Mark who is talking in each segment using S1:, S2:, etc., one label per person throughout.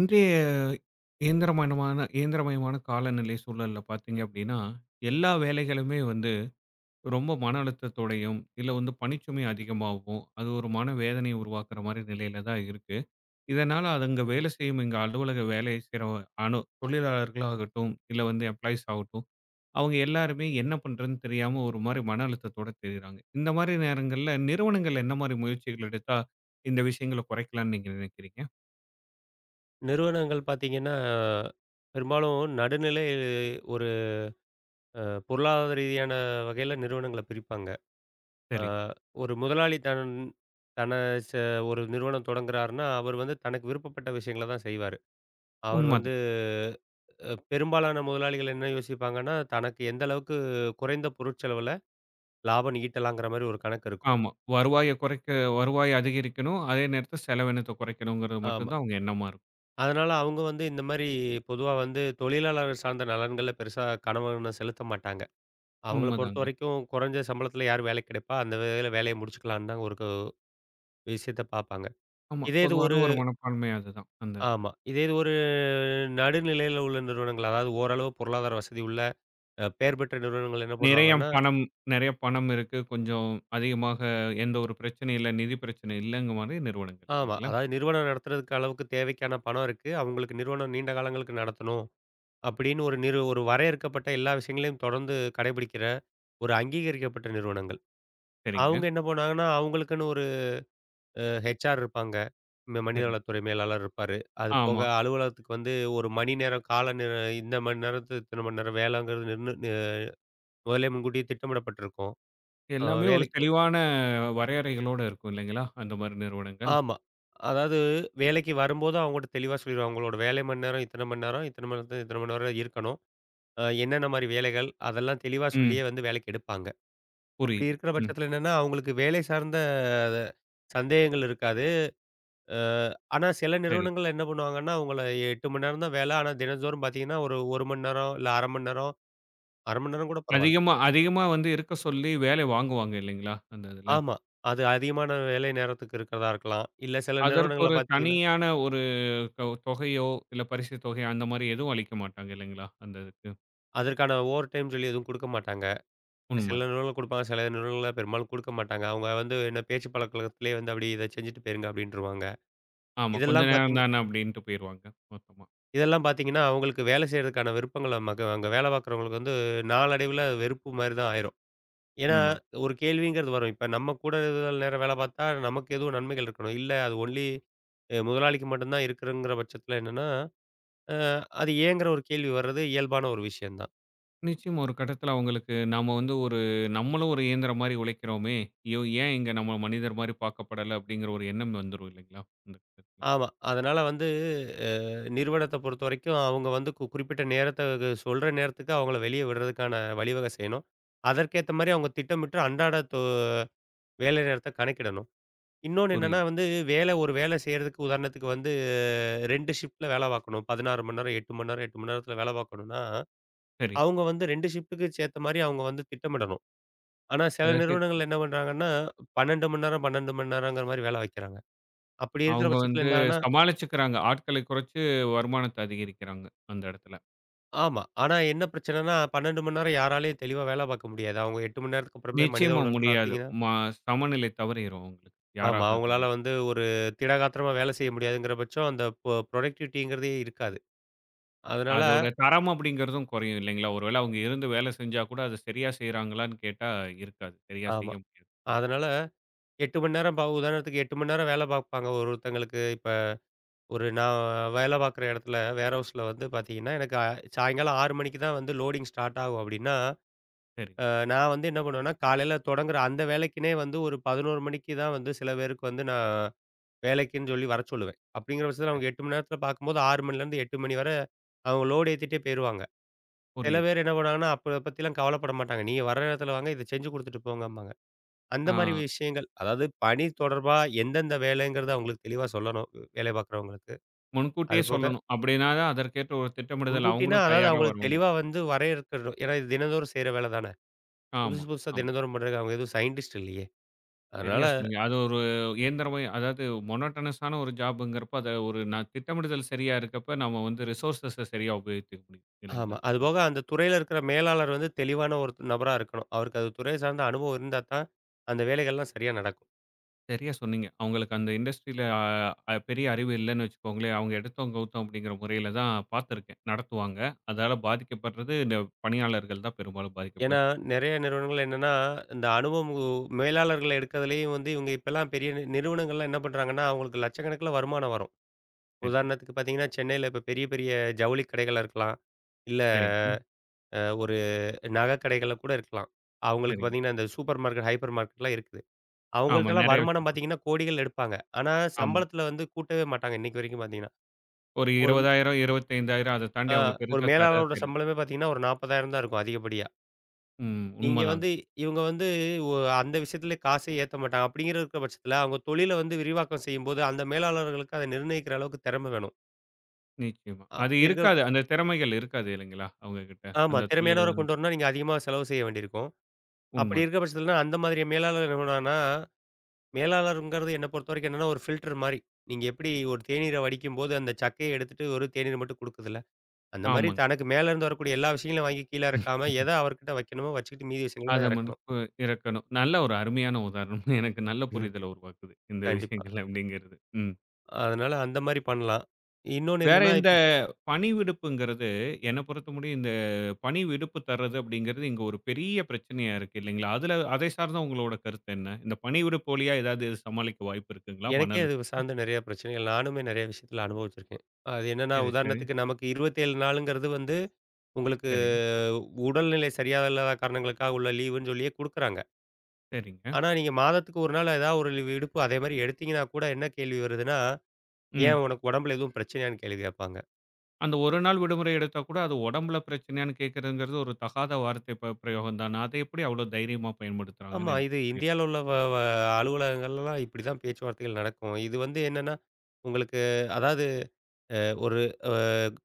S1: இன்றைய இயந்திரமயமான இயந்திரமயமான காலநிலை சூழல்ல பார்த்தீங்க அப்படின்னா, எல்லா வேலைகளுமே வந்து ரொம்ப மன அழுத்தத்தோடையும், இல்ல வந்து பணிச்சுமை அதிகமாகவும், அது ஒரு மன வேதனைய உருவாக்குற மாரி நிலையில தான் இருக்கு. இதனால அது அங்க வேலை செய்யும் எங்க அலுவலக வேலை செய்ற தொழிலாளர்களாகட்டும், இல்ல வந்து எம்ப்ளாயீஸ் ஆகட்டும், அவங்க எல்லாருமே என்ன பண்றதுன்னு தெரியாம ஒரு மாரி மன அழுத்தத்தோட திரியிறாங்க. இந்த மாரி நேரங்கள்ல நிறுவனங்கள் என்ன மாரி முயற்சிகள் எடுத்தா இந்த விஷயங்கள குறைக்கலாம்ன்னு நீங்க நினைக்கிறீங்க?
S2: நிறுவனங்கள் பார்த்தீங்கன்னா, பெரும்பாலும் நடுநிலை ஒரு அ பொருளாதார ரீதியான வகையில நிறுவனங்கள பிரிப்பாங்க. அ
S1: சரி,
S2: ஒரு முதலாளி தன் தன ச ஒரு நிறுவனம் தொடங்குறாருன்னா, அவர் வந்து தனக்கு விருப்பப்பட்ட விஷயங்கள தான் செய்வாரு. அவர்
S1: உண்ம.
S2: வந்து அ பெரும்பாலான முதலாளிகள் என்ன யோசிப்பாங்கன்னா, தனக்கு எந்த அளவுக்கு குறைந்த பொருட்செலவுல லாபம் ஈட்டலாங்கிற மாரி ஒரு கணக்கு இருக்கும்.
S1: ஆமா. வருவாய அதிகரிக்கணும். அதே நேரத்தில செலவினத்த குறைக்கணுங்கிறது மட்டும்
S2: ஆமா.
S1: தான் அவங்க எண்ணமா இருக்கும்.
S2: அதனால அவங்க வந்து இந்த மாரி பொதுவா வந்து தொழிலாளர் சார்ந்த நலன்கள்ல பெருசா கனவன செலுத்த மாட்டாங்க. அவங்கள
S1: உண்மதாங்க.
S2: பொறுத்தவரைக்கும் குறைஞ்ச சம்பளத்தில யார் வேலைக்கு கிடைப்பா, அந்த வேல வேலைய முடிச்சுக்கலான்னு தான் ஒரு விஷயத்த பார்ப்பாங்க.
S1: ஆமா.
S2: இதே இது
S1: பொதுவான
S2: ஒரு
S1: ஒரு மனப்பான்மை அதுதான். அந்த இதுல.
S2: ஆமா. இதே இது ஒரு நடுநிலையில உள்ள நிறுவனங்கள், அதாவது ஓரளவு பொருளாதார வசதி உள்ள பெயர் பெற்ற நிறுவனங்கள் என்ன
S1: நிறைய
S2: பண்ணுவாங்கன்னா?
S1: பணம் நிறைய பணம் இருக்கு. கொஞ்சம் அதிகமாக எந்த ஒரு பிரச்சனையும் இல்ல. நிதி பிரச்சனை இல்லங்க மாரி நிறுவனங்கள்
S2: ஆமா.
S1: இல்லைங்களா?
S2: அதாவது நிறுவனம் நடத்துறதுக்கு அளவுக்கு தேவைக்கான பணம் இருக்கு. அவங்களுக்கு நிறுவனம் நீண்ட காலங்களுக்கு நடத்தணும் அப்படின்னு ஒரு வரையறுக்கப்பட்ட எல்லா விஷயங்களையும் தொடர்ந்து கடைபிடிக்கிற ஒரு அங்கீகரிக்கப்பட்ட நிறுவனங்கள். அவங்க
S1: சரிங்க.
S2: என்ன பண்ணுவாங்கன்னா, அவங்களுக்குன்னு ஒரு ஹெச்ஆர் இருப்பாங்க.
S1: சரி.
S2: மனிதவளத்துறை மேலாளர் இருப்பாரு. அது போக
S1: ஆமா.
S2: அலுவலகத்துக்கு வந்து 1 மணி நேரம் கால நேர இந்த மணி நேரத்து இத்தன மணி நேரம் வேலைங்கிறது நிர்ண நி முன்கூட்டியே திட்டமிடப்பட்டிருக்கும். அ
S1: எல்லாமே ஒரு
S2: வேலைக்கு
S1: தெளிவான வரையறைகளோட இருக்கும் இல்லைங்களா? அந்த மாரி நிறுவனங்கள்.
S2: ஆமா. அதாவது வேலைக்கு வரும்போது அவங்கட்ட தெளிவா சொல்லிருவாங்க. உங்களோட வேலை மணி நேரம் இத்தன மணி நேரம், இத்தன மணி நேரத்துல இத்தன மணி நேரம் இருக்கணும். என்னென்ன மாரி வேலைகள் அதெல்லாம் தெளிவா
S1: ம்.
S2: சொல்லியே வந்து வேலைக்கு எடுப்பாங்க. அப்படி
S1: புரியுது.
S2: இருக்கிற
S1: ம்.
S2: பட்சத்துல என்னன்னா, அவங்களுக்கு வேலை சார்ந்த அஹ், சந்தேகங்கள் இருக்காது. அ ஆனா சில
S1: சரி.
S2: நிறுவனங்கள்ல என்ன பண்ணுவாங்கன்னா, உங்கள 8 மணி நேரம் தான் வேலை. ஆனா தினந்தோறும் பார்த்தீங்கன்னா, ஒரு 1 மணி நேரம், இல்ல 1/2 மணி நேரம், 1/2 மணி நேரம் கூட பரவால்ல.
S1: அதிகமா அதிகமா வந்து இருக்க சொல்லி வேலை வாங்குவாங்க இல்லைங்களா? அந்த இதுல.
S2: ஆமா. அது அதிகமான வேலை நேரத்துக்கு இருக்கிறதா இருக்கலாம். இல்ல சில
S1: அதற்கு
S2: நிறுவனங்கள்ல
S1: ஒரு
S2: பார்த்தீங்கன்னா,
S1: தனியான ஒரு தொ தொகையோ, இல்ல பரிசு தொகையோ அந்த மாரி எதுவும் அளிக்க மாட்டாங்க இல்லைங்களா? அந்த இதுக்கு.
S2: அதற்கான ஓவர் டைம் சொல்லி எதுவும் குடுக்க மாட்டாங்க. சில
S1: உண்மதான்.
S2: நிறுவனங்கள் குடுப்பாங்க, சில நிறுவனங்கள்ல பெரும்பாலும் குடுக்க மாட்டாங்க. அவங்க வந்து என்ன பேச்சு பழக்கத்திலேயே வந்து அப்படி இத செஞ்சுட்டு போயிருங்க அப்படின்ருவாங்க.
S1: ஆமா. கொஞ்ச
S2: இதெல்லாம்
S1: நேரம்
S2: பார்த்தீங்க
S1: தானே அப்படின்ட்டு போயிருவாங்க. மொத்தமா.
S2: இதெல்லாம் பார்த்தீங்கன்னா, அவங்களுக்கு வேலை செய்றதுக்கான விருப்பங்கள அங்க வேலை பார்க்குறவங்களுக்கு வந்து நாளடைவுல வெறுப்பு மாரி தான் ஆயிரும். ஏன்னா,
S1: உண்ம.
S2: ஒரு கேள்விங்கிறது வரும். இப்ப நம்ம கூட இவ்வளவு நேரம் வேலை பார்த்தா, நமக்கு எதுவும் நன்மைகள் இருக்கணும். இல்ல அது ஒன்லி முதலாளிக்கு மட்டும் தான் இருக்குங்கிற பட்சத்தில என்னன்னா, அ அது ஏங்கிற ஒரு கேள்வி வர்றது இயல்பான ஒரு விஷயம் தான்.
S1: நிச்சயமா ஒரு கட்டத்துல அவங்களுக்கு நாம வந்து ஒரு நம்மளும் ஒரு இயந்திரம் மாரி உழைக்கிறோமே! ஐயோ! ஏன் இங்க நம்ம மனிதர் மாரி பார்க்கப்படல அப்படிங்கிற ஒரு எண்ணம் வந்துரும் இல்லைங்களா? அந்த கட்டத்துல.
S2: ஆமா. அதனால வந்து அ நிறுவனத்த பொறுத்தவரைக்கும் அவங்க வந்து குறிப்பிட்ட நேரத்த சொல்ற நேரத்துக்கு அவங்கள வெளிய விடுறதுக்கான வழிவகை செய்யணும். அதற்கேத்த மாரி அவங்க திட்டமிட்டு அன்றாட வேலை நேரத்த கணக்கிடணும். இன்னொன்னு என்னன்னா
S1: புரியுது.
S2: வந்து, வேலை செய்றதுக்கு உதாரணத்துக்கு வந்து 2 ஷிஃப்ட்ல வேல பார்க்கணும். 16 மணி நேரம், 8 மணி நேரம், 8 மணி நேரத்தில வேல பார்க்கணும்னா,
S1: சரி.
S2: அவங்க வந்து 2 ஷிஃப்ட்டுக்கு சேத்த மாரி அவங்க வந்து திட்டமிடணும். ஆனா சில
S1: அதற்கேத்
S2: நிறுவனங்கள் என்ன பண்றாங்கன்னா, 12 மணி நேரம், 12 மணி நேரங்கிற மாரி வேல வைக்கிறாங்க. அப்படி இருக்கிற
S1: அவங்க
S2: பட்சத்தில
S1: வந்து
S2: என்ன ஆகும்னா?
S1: சமாளிச்சுக்கிறாங்க. ஆட்களை குறைச்சு வருமானத்த அதிகரிக்கிறாங்க அந்த இடத்துல.
S2: ஆமா. ஆனா என்ன பிரச்சனைன்னா 12 மணி நேரம் யாராலயும் தெளிவா வேல பார்க்க முடியாது. அவங்க 8 மணி நேரத்துக்கு அப்புறமே மனித
S1: நிச்சயமா
S2: உடல்
S1: முடியாது.
S2: பார்த்தீங்கன்னா
S1: ம சமநிலை தவறிரும் அவங்களுக்கு.
S2: ஆமா.
S1: யாராக
S2: அவங்களால
S1: இருந்தாலும்.
S2: வந்து ஒரு திடகாத்திரமா வேல செய்ய முடியாதுங்கிற பட்சம் அந்த புரொடக்டிவிட்டிங்கிறதே இருக்காது. அதனால
S1: அதோட தரம் அப்படிங்கிறதும் குறையும் இல்லைங்களா? ஒரு வேள அவங்க இருந்து வேலை செஞ்சா கூட அது சரியா செய்றாங்களான்னு கேட்டா இருக்காது. சரியா செய்ய
S2: ஆமா.
S1: முடியாது. ம்.
S2: அதனால 8 மணி நேரம் உதாரணத்துக்கு 8 மணி நேரம் வேல பார்ப்பாங்க ஒருத்தங்களுக்கு. இப்ப நான் வேலை பார்க்குற இடத்துல வேர் ஹவுஸில வந்து பார்த்தீங்கன்னா, எனக்கு சாயங்காலம் 6 மணிக்கு தான் வந்து லோடிங் ஸ்டார்ட் ஆகும் அப்படின்னா,
S1: சரிங்க.
S2: அ நான் வந்து என்ன பண்ணுவேன்னா, காலையில தொடங்குற அந்த வேலைக்குன்னே வந்து ஒரு 11 மணிக்கு தான் வந்து சில பேருக்கு வந்து நான் வேலைக்குன்னு சொல்லி வர சொல்லுவேன். அப்படிங்கிற பட்சத்தில
S1: சரி.
S2: அவங்க 8 மணி நேரத்தில பார்க்கும்போது 6 மணிலேருந்து 8 மணி வரை அவங்க லோடு ஏத்திட்டே போயிருவாங்க. சில
S1: புரியுது.
S2: பேர் என்ன பண்ணுவாங்கன்னா, அப்ப பத்திலாம் கவலைப்பட மாட்டாங்க. "நீங்க வர நேரத்தில வாங்க, இத செஞ்சு குடுத்துட்டு போங்கம்பாங்க." அந்த
S1: ஆ
S2: மாரி விஷயங்கள். அதாவது பணி தொடர்பா எந்தெந்த வேலைங்கிறத அவங்களுக்கு தெளிவா சொல்லணும், வேலை பார்க்குறவங்களுக்கு.
S1: முன்கூட்டியே
S2: அது போக
S1: சொல்லணும். அப்படின்னா தான் அதற்கேற்ற ஒரு திட்டமிடுதல்
S2: முன்கூட்டினா,
S1: அவங்களும்
S2: அதாவது
S1: தயாரா
S2: அவங்களுக்கு
S1: வருவாங்க.
S2: தெளிவா வந்து வரையறுக்கணும். ஏன்னா, இது தினந்தோறும் செய்ற வேலை தானே.
S1: ஆமா,
S2: புதுசு புதுசா
S1: ஆமா.
S2: தினந்தோறும் பண்றதுக்கு அவங்க எதுவும் சயின்டிஸ்ட் இல்லையே. அதனால
S1: சரியா சொன்னீங்க. அது ஒரு இயந்திரமா அதாவது மோனோட்டோனஸான ஒரு ஜாப்ங்கிறப்ப அத ஒரு நான் திட்டமிடுதல் சரியா இருக்கப்ப நம்ம வந்து ரிசோர்ஸஸ சரியா உபயோகித்துக்க முடியும்.
S2: ஆமா.
S1: இல்லைங்களா?
S2: அதுபோக அந்த துறையில இருக்கிற மேலாளர் வந்து தெளிவான ஒரு நபரா இருக்கணும். அவருக்கு அது துறை சார்ந்த அனுபவம் இருந்தா தான், அந்த வேலைகள்லாம் சரியா நடக்கும்.
S1: சரியா சொன்னீங்க. அவங்களுக்கு அந்த இண்டஸ்ட்ரியில அ அ பெரிய அறிவு இல்லன்னு வச்சுக்கோங்களேன். அவங்க எடுத்தோம், கவுத்தோம் அப்படிங்கிற முறையில தான் பார்த்துருக்கேன். நடத்துவாங்க. அதால பாதிக்கப்படுறது இந்த பணியாளர்கள் தான் பெரும்பாலும்
S2: ஏன்னா,
S1: பாதிக்கப்படும்.
S2: நெறைய நிறுவனங்கள் என்னன்னா, இந்த அனுபவம் மேலாளர்கள எடுக்கிறதுலயும் வந்து இவங்க இப்பலாம் பெரிய நிறுவனங்கள்லாம் என்ன பண்றாங்கன்னா, அவங்களுக்கு லட்சக்கணக்கில வருமானம் வரும்.
S1: சரிங்க,
S2: உதாரணத்துக்கு பார்த்தீங்கன்னா, சென்னையில இப்ப பெரிய பெரிய ஜவுளி கடைகளா இருக்கலாம். இல்ல
S1: சரிங்க, ம்,
S2: ஒரு நகை கடைகள்ல கூட இருக்கலாம். அவங்களுக்கு
S1: சரிங்க.
S2: பார்த்தீங்கன்னா, இந்த சூப்பர் மார்க்கெட், ஹைப்பர் மார்க்கெட்லாம் இருக்குது.
S1: ஆமா,
S2: அவங்கள்ட்டலாம்
S1: நெறைய
S2: வருமானம்
S1: வச்சிருக்கோம்.
S2: பார்த்தீங்கன்னா, கோடிகள் எடுப்பாங்க. ஆனா
S1: ஆமா.
S2: சம்பளத்தில வந்து கூட்டவே மாட்டாங்க இன்னைக்கு வரைக்கும் பார்த்தீங்கன்னா.
S1: ஒரு
S2: ஒரு
S1: 20,000 25,000 அத தாண்டி
S2: அ
S1: அவங்க
S2: ஒரு
S1: பெருசா தர்றதே
S2: மேலாளரோட
S1: இல்ல.
S2: சம்பளமே பார்த்தீங்கன்னா, ஒரு 40,000 தான் இருக்கும் அதிகப்படியா.
S1: ம்.
S2: இங்க
S1: உண்மதாங்க.
S2: வந்து இவங்க வந்து ஒ அந்த விஷயத்திலே காசே ஏத்த மாட்டாங்க. அப்படிங்கிற இருக்க பட்சத்தில, அவங்க தொழில வந்து விரிவாக்கம் செய்யும்போது, அந்த மேலாளர்களுக்கு அதை நிர்ணயிக்கிற அளவுக்கு திறமை வேணும்.
S1: நிச்சயமா. அது
S2: அப்படி இருக்க
S1: இருக்காது. அந்த திறமைகள் இருக்காது இல்லைங்களா? அவங்க கிட்ட.
S2: ஆமா,
S1: அந்த தொழில்.
S2: திறமையானவர கொண்டு வரணும்னா, நீங்க அதிகமா செலவு செய்ய வேண்டியிருக்கும். அப்படி
S1: உண்மதான்.
S2: இருக்க பட்சத்திலனா, அந்த மாதிரி மேலாளர் என்ன பண்ணுவாங்கன்னா மேலாளர்ங்கிறது என்ன பொறுத்தவரைக்கும் என்னன்னா, ஒரு ஃபில்டர் மாரி. நீங்க எப்படி ஒரு தேநீர வடிக்கும்போது அந்த சக்கைய எடுத்துட்டு வெறும் தேநீர மட்டும் குடுக்குதுல்ல, அந்த மாரி
S1: ஆமாங்க.
S2: தனக்கு மேல இருந்து வரக்கூடிய எல்லா விஷயங்களையும் வாங்கி கீழ இறக்காம, எத அவர்கிட்ட வைக்கணுமோ வச்சுக்கிட்டு மீதி விஷயங்கள
S1: அத
S2: தான் இறக்கணும்.
S1: மனப்பு இறக்கணும். நல்ல ஒரு அருமையான உதாரணம். எனக்கு நல்ல
S2: ம்.
S1: புரிதல உருவாக்குது. இந்த
S2: கண்டிப்பா.
S1: விஷயங்கள் அப்படிங்கிறது. ம்.
S2: அதனால அந்த மாரி பண்ணலாம். இன்னொன்னு
S1: வேற
S2: என்னன்னா,
S1: இந்த பணி விடுப்புங்கிறது என்ன பொறுத்த முடியும் இந்த பணி விடுப்பு தர்றது அப்படிங்கிறது இங்க ஒரு பெரிய பிரச்சனையா இருக்கு இல்லைங்களா? அதுல அதை சார்ந்த உங்களோட கருத்து என்ன? இந்த பணி விடுப்பு வழியா ஏதாவது இது சமாளிக்க வாய்ப்பு இருக்குங்களா? மன
S2: எனக்கே அது
S1: அழுத்தம்.
S2: சார்ந்த நெறைய பிரச்சனைகள் நானுமே நெறைய விஷயத்துல அனுபவிச்சிருக்கேன். அது என்னன்னா,
S1: சரி, சரி,
S2: உதாரணத்துக்கு நமக்கு 27 நாளுங்கிறது வந்து உங்களுக்கு
S1: சரி,
S2: உடல்நிலை சரியா இல்லாத காரணங்களுக்காக உள்ள லீவுன்னு சொல்லியே குடுக்குறாங்க.
S1: சரிங்க.
S2: ஆனா, நீங்க மாதத்துக்கு ஒரு நாள் ஏதாவது ஒரு லீவு விடுப்பு அதே மாரி எடுத்தீங்கன்னா கூட என்ன கேள்வி வருதுன்னா,
S1: ம்.
S2: "ஏன் உனக்கு உடம்புல எதுவும் பிரச்சனையான்னு?" கேள்வி கேட்பாங்க.
S1: அந்த ஒரு நாள் விடுமுறை எடுத்தா கூட அது உடம்புல பிரச்சனையான்னு கேட்கிறதுங்கிறது ஒரு தகாத வார்த்தை பிரயோகம் தான. அதை எப்படி அவ்வளோ தைரியமா
S2: ஆமா,
S1: பயன்படுத்துறாங்கன்னு எனக்கு
S2: இது
S1: புரியல.
S2: இந்தியால உள்ள வ வ அலுவலகங்கள்லாம் இப்படிதான் பேச்சுவார்த்தைகள் நடக்கும். இது வந்து என்னன்னா, உங்களுக்கு அதாவது அ ஒரு அ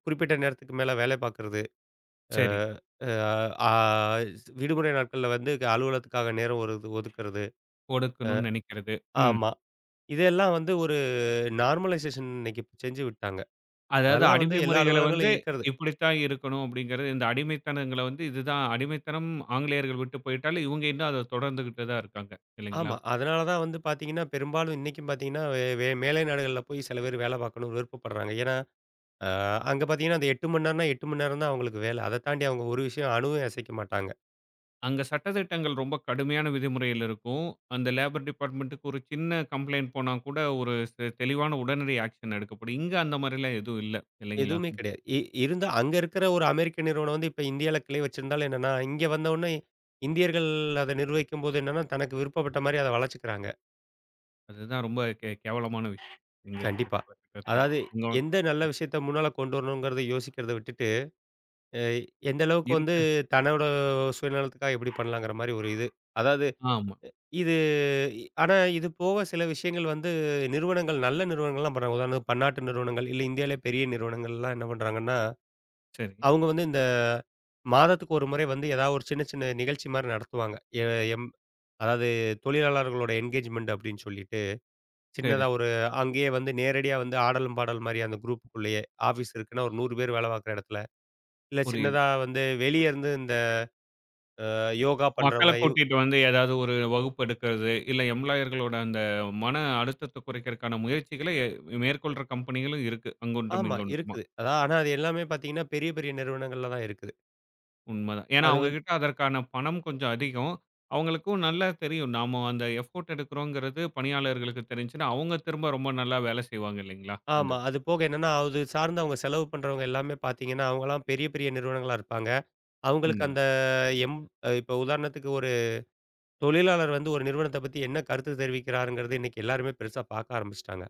S2: குறிப்பிட்ட நேரத்துக்கு மேல வேலை பார்க்கறது, அ
S1: சரி.
S2: அ ஆ ஸ் விடுமுறை நாட்கள்ல வந்து அலுவலகத்துக்காக நேரம் ஒரு ஒதுக்குறது.
S1: கொடுக்கணும்னு நினைக்கிறது. ம்.
S2: ஆமா. இதெல்லாம் வந்து ஒரு நார்மலைசேஷன் இன்னைக்கு செஞ்சு விட்டாங்க.
S1: அதாவது
S2: அதெல்லாம் வந்து
S1: அடிமை
S2: எல்லா
S1: முறைகள வந்து
S2: அலுவலகங்களும் இருக்கிறது
S1: இப்படித்தான் இருக்கணும் அப்படிங்கிறது, இந்த அடிமைத்தனங்கள வந்து இதுதான் அடிமைத்தனம். ஆங்கிலேயர்கள் விட்டு போயிட்டாலும், இவங்க இன்னும் அத தொடர்ந்துகிட்டு தான் இருக்காங்க. இல்லைங்களா?
S2: ஆமா. அதனால தான் வந்து பார்த்தீங்கன்னா, பெரும்பாலும் இன்னைக்கும் பார்த்தீங்கன்னா, வே வே மேலை நாடுகள்ல போய் சில பேர் வேலை பார்க்கணும்னு விருப்பப்படுறாங்க. ஏன்னா, அ அங்க பார்த்தீங்கன்னா, அந்த 8 மணி நேரம்னா 8 மணி நேரம் தான் அவங்களுக்கு வேலை. அத தாண்டி அவங்க ஒரு விஷயம் அணுவும் அசைக்க மாட்டாங்க.
S1: அங்க சட்டதிட்டங்கள் ரொம்ப கடுமையான விதிமுறையில் இருக்கும். அந்த லேபர் டிபார்ட்மென்ட்க்கு ஒரு சின்ன கம்ப்ளைண்ட் போனா கூட ஒரு தெளிவான உடனடி ஆக்ஷன் எடுக்கப்படும். இங்க அந்த மாரிலாம் எதுவும் இல்ல. இல்லைங்களா?
S2: எதுவுமே கிடையாது. இருந்தா அங்க இருக்கிற ஒரு அமெரிக்க நிறுவனம் வந்து இப்ப இந்தியால கிளை வச்சிருந்தாலும் என்னன்னா, இங்க வந்தவுடனே இந்தியர்கள் அத நிர்வகிக்கும்போது என்னன்னா, தனக்கு விருப்பப்பட்ட மாரி அத வளச்சுக்கிறாங்க.
S1: அதுதான் ரொம்ப கேவலமான விஷயம். இங்க இருக்கிற
S2: கண்டிப்பா.
S1: காலகட்டத்துல.
S2: அதாவது
S1: இங்க
S2: எந்த நல்ல விஷயத்த முன்னால கொண்டு வரணுங்கிறத யோசிக்கிறத விட்டுட்டு, அ எந்த அளவுக்கு
S1: இருக்க.
S2: வந்து தன்னோட சுயநலத்துக்காக எப்படி பண்ணலாங்கிற மாரி ஒரு இது. அதாவது
S1: ஆமா.
S2: இது இ ஆனா இது போக சில விஷயங்கள் வந்து நிறுவனங்கள் நல்ல நிறுவனங்கள்லாம் பண்றாங்க. உதாரணத்துக்கு பன்னாட்டு நிறுவனங்கள், இல்ல இந்தியாவிலே பெரிய நிறுவனங்கள்லாம் என்ன பண்றாங்கன்னா,
S1: சரி,
S2: அவங்க வந்து இந்த மாதத்துக்கு ஒரு முறை வந்து ஏதாவது ஒரு சின்ன சின்ன நிகழ்ச்சி மாரி நடத்துவாங்க. எ எம் அதாவது தொழிலாளர்களோட என்கேஜ்மெண்ட் அப்படின்னு சொல்லிட்டு,
S1: சரி.
S2: சின்னதா ஒரு அங்கேயே வந்து நேரடியா வந்து ஆடலும் பாடல் மாரி அந்த குரூப்புக்குள்ளேயே. ஆஃபீஸ் இருக்குன்னா ஒரு 100 பேர் வேலை பார்க்குற இடத்துல. இல்ல
S1: புரியுது.
S2: சின்னதா வந்து வெளியே இருந்து இந்த யோகா
S1: மக்கள
S2: பண்றவங்க
S1: கூட்டிட்டு வந்து ஏதாவது ஒரு வகுப்பு எடுக்கிறது, இல்ல எம்ப்ளாயர்களோட அந்த மன அழுத்தத்த குறைக்கிறதுக்கான முயற்சிகள மேற்கொள்ற கம்பெனிகளும் இருக்கு. அங்கொன்றும்
S2: ஆமா,
S1: இங்கொன்றுமா.
S2: இருக்குது. அதான் ஆனா அது எல்லாமே பார்த்தீங்கன்னா, பெரிய பெரிய நிறுவனங்கள்ல தான் இருக்குது.
S1: உண்மதான். ஏன்னா
S2: அது
S1: அவங்க
S2: வந்து
S1: கிட்ட அதற்கான பணம் கொஞ்சம் அதிகம். அவங்களுக்கும் நல்லா தெரியும். நாம அந்த எஃபோர்ட் எடுக்கிறோங்கிறது பணியாளர்களுக்கு தெரிஞ்சுச்சுன்னா, அவங்க திரும்ப ரொம்ப நல்லா வேலை செய்வாங்க இல்லைங்களா? அந்த
S2: ஆமா.
S1: இது.
S2: அது போக என்னன்னா, அது சார்ந்து அவங்க செலவு பண்றவங்க எல்லாமே பார்த்தீங்கன்னா, அவங்கலாம் பெரிய, பெரிய நிறுவனங்களா இருப்பாங்க. அவங்களுக்கு
S1: உண்மதான்.
S2: அந்த எம் இப்ப உதாரணத்துக்கு ஒரு தொழிலாளர் வந்து ஒரு நிறுவனத்த பத்தி என்ன கருத்து தெரிவிக்கிறாருங்கிறது இன்னைக்கு எல்லாருமே பெருசா பார்க்க ஆரம்பிச்சுட்டாங்க.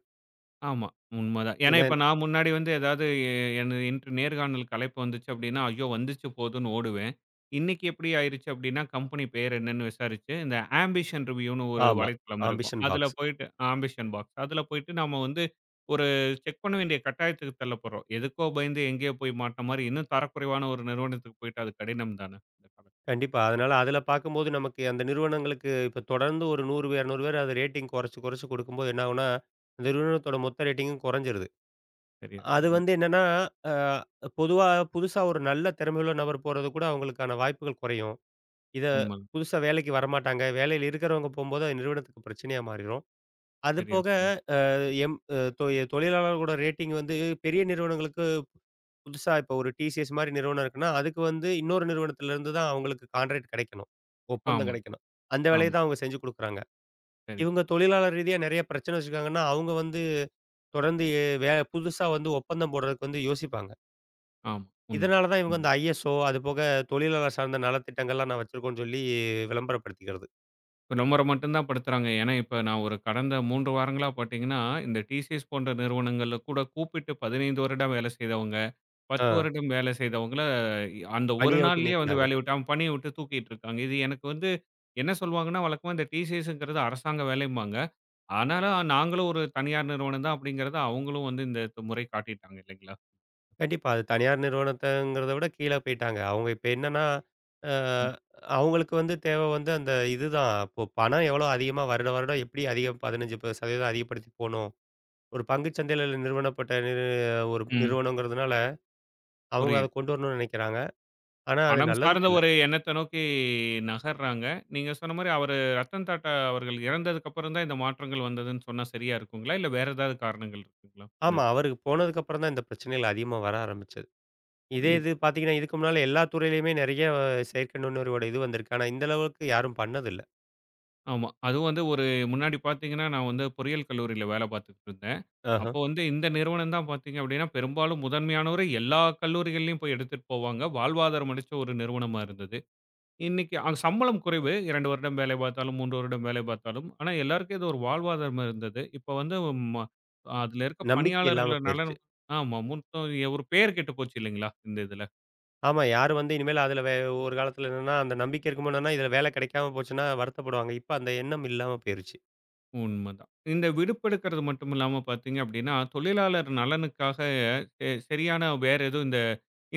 S1: ஆமா. உண்மதான். ஏன்னா,
S2: ஏன்னா
S1: இப்ப நான் முன்னாடி வந்து ஏதாவது என் இன்று நேர்காணலுக்கு அழைப்பு வந்துச்சு அப்படின்னா, ஐயோ! வந்துச்சு போதுன்னு ஓடுவேன். இன்னைக்கு எப்படி ஆயிருச்சு அப்படின்னா, கம்பெனி பேர் என்னன்னு விசாரிச்சு, இந்த ஆம்பிஷன் ரிவ்யூன்னு ஒரு
S2: ஆமா.
S1: வலைத்தளம் இருக்கும்.
S2: ஆம்பிஷன்
S1: அதுல
S2: பாக்ஸ்.
S1: போயிட்டு ஆம்பிஷன் பாக்ஸ். அதுல போயிட்டு நாம வந்து ஒரு செக் பண்ண வேண்டிய கட்டாயத்துக்கு தள்ளப்படுறோம். எதுக்கோ பயந்து எங்கேயோ போய் மாட்ன மாரி, இன்னும் தரக்குறைவான ஒரு நிறுவனத்துக்கு போயிட்டு அது கடினம் தானே. இந்த காலத்துல.
S2: கண்டிப்பா. அதனால அதுல பார்க்கும்போது நமக்கு அந்த நிறுவனங்களுக்கு இப்ப தொடர்ந்து ஒரு 100 பேர், 200 பேர் அது ரேட்டிங் குறைச்சு, குறைச்சு கொடுக்கும்போது என்ன ஆகும்னா, அந்த நிறுவனத்தோட மொத்த ரேட்டிங்கும் குறைஞ்சிருது.
S1: சரியா
S2: அது
S1: சொன்னீங்க.
S2: வந்து என்னன்னா, அ பொதுவா புதுசா ஒரு நல்ல திறமையுள்ள நபர் போறது கூட அவங்களுக்கான வாய்ப்புகள் குறையும். இத
S1: உண்மதான்.
S2: புதுசா வேலைக்கு வரமாட்டாங்க. வேலையில இருக்கிறவங்க போம்போது அது நிறுவனத்துக்கு பிரச்சனையா மாறிரும். அது
S1: சரியா
S2: போக
S1: சொன்னீங்க.
S2: எம் அ தொ தொழிலாளர்களோட ரேட்டிங் வந்து பெரிய நிறுவனங்களுக்கு புதுசா இப்போ ஒரு டிசிஎஸ் மாரி நிறுவனம் இருக்குன்னா, அதுக்கு வந்து இன்னொரு நிறுவனத்திலிருந்து தான் அவங்களுக்கு கான்ட்ராக்ட் கிடைக்கணும். ஒப்பந்தம்
S1: ஆமாங்க.
S2: கிடைக்கணும். அந்த வேலைய
S1: ஆமா.
S2: தான் அவங்க செஞ்சு குடுக்குறாங்க.
S1: சரி.
S2: இவங்க தொழிலாளர் ரீதியா நெறைய பிரச்சனை வச்சிருக்காங்கன்னா, அவங்க வந்து தொடர்ந்து எ- வே புதுசா வந்து ஒப்பந்தம் போடுறதுக்கு வந்து யோசிப்பாங்க.
S1: ஆமா.
S2: இதனால தான் இவங்க அந்த
S1: உண்மதான்.
S2: ஐஎஸ்ஓ, அது போக தொழிலாளர் சார்ந்த நலத்திட்டங்கள்லாம் நான் வச்சிருக்கோன்னு சொல்லி விளம்பரப்படுத்திக்கிறது.
S1: நம்மள மட்டும் தான் படுத்துறாங்க. ஏன்னா, இப்ப நான் ஒரு கடந்த 3 வாரங்களா பாத்தீங்கன்னா, இந்த டிசிஎஸ் போன்ற நிறுவனங்கள்ல கூட கூப்பிட்டு 15 வருடம் வேலை செய்தவங்க, 10
S2: ஆ
S1: வருடம் வேலை செய்தவங்கள அந்த ஒரு
S2: பணிய விட்டு
S1: நாள்லயே வந்து
S2: நீக்குனாங்க.
S1: வேலைய விட்டு அவன் பணிய விட்டு தூக்கிட்டு இருக்காங்க. இது எனக்கு வந்து என்ன சொல்வாங்கன்னா, வழக்கமா இந்த டிசிஎஸ்ங்கிறது அரசாங்க வேலைம்பாங்க. ஆனாலும் நாங்களும் ஒரு தனியார் நிறுவனம் தான் அப்படிங்கிறத அவங்களும் வந்து இந்த முறை காட்டிட்டாங்க இல்லைங்களா?
S2: கண்டிப்பா. அது தனியார் நிறுவனத்தங்கிறத விட கீழ போயிட்டாங்க. அவங்க இப்ப என்னன்னா, அ
S1: ம்.
S2: அவங்களுக்கு வந்து தேவை வந்து அந்த இதுதான். இப்போ பணம் எவ்வளோ அதிகமா வருட வருடம் எப்படி அதிகம் 15% அதிகப்படுத்தி போணும். ஒரு பங்குச் சந்தையில நிறுவனப்பட்ட நிறு ஒரு
S1: ம்,
S2: நிறுவனங்கிறதுனால, அவங்க அத
S1: புரியுது.
S2: கொண்டு வரணும்னு நெனைக்கிறாங்க. ஆனா அது
S1: பணம் சார்ந்த
S2: நல்லதுக்கு இல்ல.
S1: ஒரு எண்ணத்த நோக்கி நகர்றாங்க. நீங்க சொன்ன மாரி அவரு ரத்தன் டாட்டா அவர்கள் இறந்ததுக்கு அப்புறம் தான் இந்த மாற்றங்கள் வந்ததுன்னு சொன்னா சரியா இருக்குங்களா? இல்ல வேற ஏதாவது காரணங்கள் இருக்குங்களா? இந்த
S2: ஆமா.
S1: இது.
S2: அவருக்கு போனதுக்கப்புறம் தான் இந்த பிரச்சனைகள் அதிகமா வர ஆரம்பிச்சது. இதே
S1: புரியுது.
S2: இது பார்த்தீங்கன்னா, இதுக்கு முன்னால எல்லா துறையிலயுமே நெறைய செயற்கை நுண்ணறிவோட இது வந்திருக்கு. ஆனா இந்த அளவுக்கு யாரும் பண்ணதில்ல.
S1: ஆமா. அதுவும் வந்து ஒரு முன்னாடி பார்த்தீங்கன்னா, நான் வந்து பொறியியல் கல்லூரியில வேலை பார்த்துக்கிட்டு இருந்தேன்.
S2: ஆஹ.
S1: அப்போ வந்து இந்த நிறுவனம் தான் பார்த்தீங்க அப்படின்னா, பெரும்பாலும் முதன்மையானவர எல்லா கல்லூரிகள்லயும் போய் எடுத்துட்டு போவாங்க. வாழ்வாதாரம் அளிச்ச ஒரு நிறுவனமா இருந்தது. இன்னைக்கு அங்க சம்பளம் குறைவு. 2 வருடம் வேலை பார்த்தாலும், 3 வருடம் வேலை பார்த்தாலும். ஆனா, எல்லாருக்கும் இது ஒரு வாழ்வாதாரம் இருந்தது. இப்ப வந்து ம அதுல இருக்க
S2: நம்பிக்கை இல்லாம
S1: பணியாளர்கள நலன்.
S2: போயிருச்சு.
S1: ஆமா. மொத்தம் ஒரு பேர் கெட்டு போச்சு இல்லைங்களா? இந்த இதுல.
S2: ஆமா. யாரு வந்து இனிமேல் அதுல ஒரு காலத்துல என்னன்னா, அந்த நம்பிக்கை இருக்கும்போது என்னன்னா, இதுல வேலை கிடைக்காம போச்சுன்னா வருத்தப்படுவாங்க. இப்ப அந்த எண்ணம் இல்லாம போயிருச்சு.
S1: உண்மதான். இந்த விடுப்பெடுக்கிறது மட்டும் இல்லாம பார்த்தீங்க அப்படின்னா, தொழிலாளர் நலனுக்காக சரியான வேற எதுவும் இந்த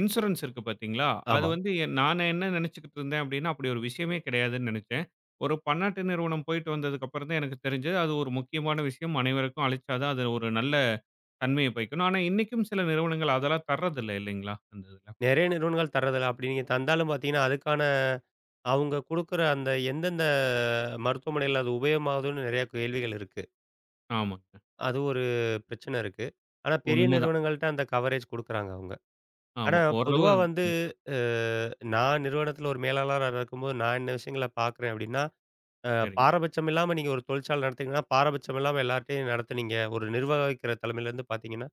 S1: இன்சூரன்ஸ் இருக்கு பார்த்தீங்களா? அது
S2: ஆமா.
S1: வந்து நானு என்ன நினைச்சுக்கிட்டு இருந்தேன் அப்படின்னா, அப்படி ஒரு விஷயமே கிடையாதுன்னு நினைச்சேன். ஒரு பன்னாட்டு நிறுவனம் போயிட்டு வந்ததுக்கப்புறம் தான் எனக்கு தெரிஞ்சது, அது ஒரு முக்கியமான விஷயம். அனைவருக்கும் அளிச்சா தான் அது ஒரு நல்ல தன்மைய பயக்கும். ஆனா இன்னைக்கும் சில நிறுவனங்கள் அதெல்லாம் தர்றதில்ல இல்லைங்களா? அந்த இதுல.
S2: நெறைய நிறுவனங்கள் தர்றதில்ல. அப்படி நீங்க தந்தாலும் பார்த்தீங்கன்னா, அதுக்கான அவங்க குடுக்குற அந்த எந்தெந்த மருத்துவமனையில அது உபயோகமாகுதுன்னு நெறைய கேள்விகள் இருக்கு.
S1: ஆமாங்க.
S2: அது ஒரு பிரச்சனை இருக்கு. ஆனா பெரிய
S1: உண்மதான்.
S2: நிறுவனங்கள்ட்ட அந்த கவரேஜ் குடுக்குறாங்க அவங்க. ஆனா
S1: ஆமா. ஓரளவு.
S2: பொதுவா வந்து,
S1: ம்.
S2: அ நான் நிறுவனத்துல ஒரு மேலாளரா இருக்கும்போது நான் என்ன விஷயங்கள பார்க்குறேன் அப்படின்னா, அ
S1: சரி,
S2: பாரபட்சம் இல்லாம நீங்க ஒரு தொழிற்சாலை நடத்துனீங்கன்னா, பாரபட்சம் இல்லாம எல்லார்ட்டயும் நடத்துனீங்க. ஒரு நிர்வகிக்கிற தலைமையிலேருந்து பார்த்தீங்கன்னா,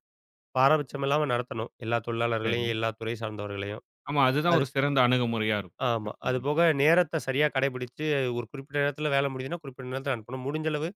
S2: பாரபட்சம் இல்லாம நடத்தணும். எல்லா
S1: சரி.
S2: தொழிலாளர்களையும், எல்லா துறை சார்ந்தவர்களையும்.
S1: ஆமா. அதுதான்
S2: அது
S1: ஒரு சிறந்த அணுகுமுறையா இருக்கும்
S2: ஆமா.
S1: எப்பவுமே.
S2: அதுபோக நேரத்த சரியா கடைபிடிச்சு, ஒரு குறிப்பிட்ட நேரத்தில வேலை முடியுதுன்னா, குறிப்பிட்ட நேரத்தில அனுப்பணும். முடிஞ்ச அளவு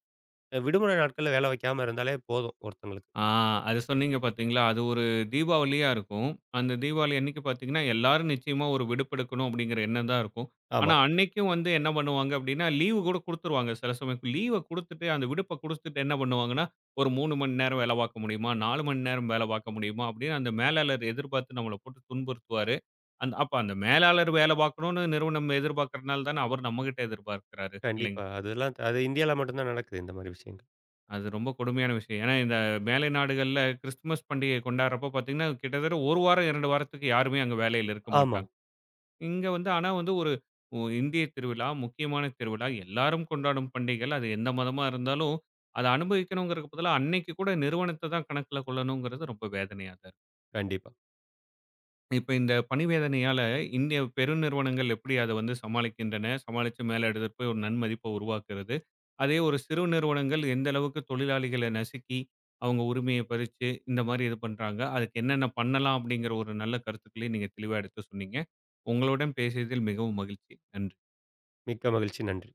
S2: விடுமுறை நாட்கள்ல வேலை வைக்காம இருந்தாலே போதும் ஒருத்தங்களுக்கு.
S1: ஆ அது சொன்னீங்க பார்த்தீங்களா? அது ஒரு தீபாவளியா இருக்கும். அந்த தீபாவளி அன்னைக்கு பார்த்தீங்கன்னா, எல்லாரும் நிச்சயமா ஒரு விடுப்பெடுக்கணும் அப்படிங்கிற எண்ணம் தான் இருக்கும். ஆனா
S2: ஆமா.
S1: அன்னைக்கும் வந்து என்ன பண்ணுவாங்க அப்படின்னா, லீவு கூட குடுத்துருவாங்க. சில சமயம் லீவ குடுத்துட்டு, அந்த விடுப்ப குடுத்துட்டு என்ன பண்ணுவாங்கன்னா, ஒரு 3 மணி நேரம் வேலை பார்க்க முடியுமா? 4 மணி நேரம் வேலை பார்க்க முடியுமா? அப்படின்னு அந்த மேலாளர் எதிர்பார்த்து நம்மள போட்டு துன்புறுத்துவாரு. அந்த அப்ப அந்த மேலாளர் வேலை பார்க்கணும்னு நிறுவனம் எதிர்பார்க்கிறனால தானே அவர் நம்மகிட்ட எதிர்பார்க்கிறாரு.
S2: கண்டிப்பா.
S1: இல்லைங்களா?
S2: அது இந்தியால மட்டும் தான் நடக்குது இந்த மாரி விஷயங்கள்.
S1: அது ரொம்ப கொடுமையான விஷயம். ஏன்னா, இந்த மேலை நாடுகள்ல கிறிஸ்துமஸ் பண்டிகை கொண்டாடுறப்போ பார்த்தீங்கன்னா, கிட்டத்தட்ட 1 வாரம், 2 வாரத்துக்கு யாருமே அங்க வேலையில இருக்க
S2: ஆமா.
S1: மாட்டாங்க. இங்க வந்து ஆனா வந்து ஒரு இந்திய திருவிழா, முக்கியமான திருவிழா, எல்லாரும் கொண்டாடும் பண்டிகைகள். அது எந்த மதமா இருந்தாலும், அத அனுபவிக்கணுங்கிறதுக்கு பதிலா அன்னைக்கு கூட நிறுவனத்த தான் கணக்குல கொள்ளணுங்கிறது ரொம்ப வேதனையா தான்.
S2: கண்டிப்பா.
S1: இப்ப இந்த பணி வேதனையால இந்திய பெருநிறுவனங்கள் எப்படி அத வந்து சமாளிக்கின்றன? சமாளிச்சு மேல எடுத்துட்டு போய் ஒரு நன்மதிப்ப உருவாக்குறது. அதே ஒரு சிறு நிறுவனங்கள் எந்த அளவுக்கு தொழிலாளிகள நசுக்கி, அவங்க உரிமைய பறிச்சு, இந்த மாரி இது பண்றாங்க. அதுக்கு என்னென்ன பண்ணலாம்? அப்படிங்கிற ஒரு நல்ல கருத்துக்களையும் நீங்க தெளிவா எடுத்து சொன்னீங்க. உங்களுடன் பேசியதில் மிகவும் மகிழ்ச்சி. நன்றி.
S2: மிக்க மகிழ்ச்சி. நன்றி.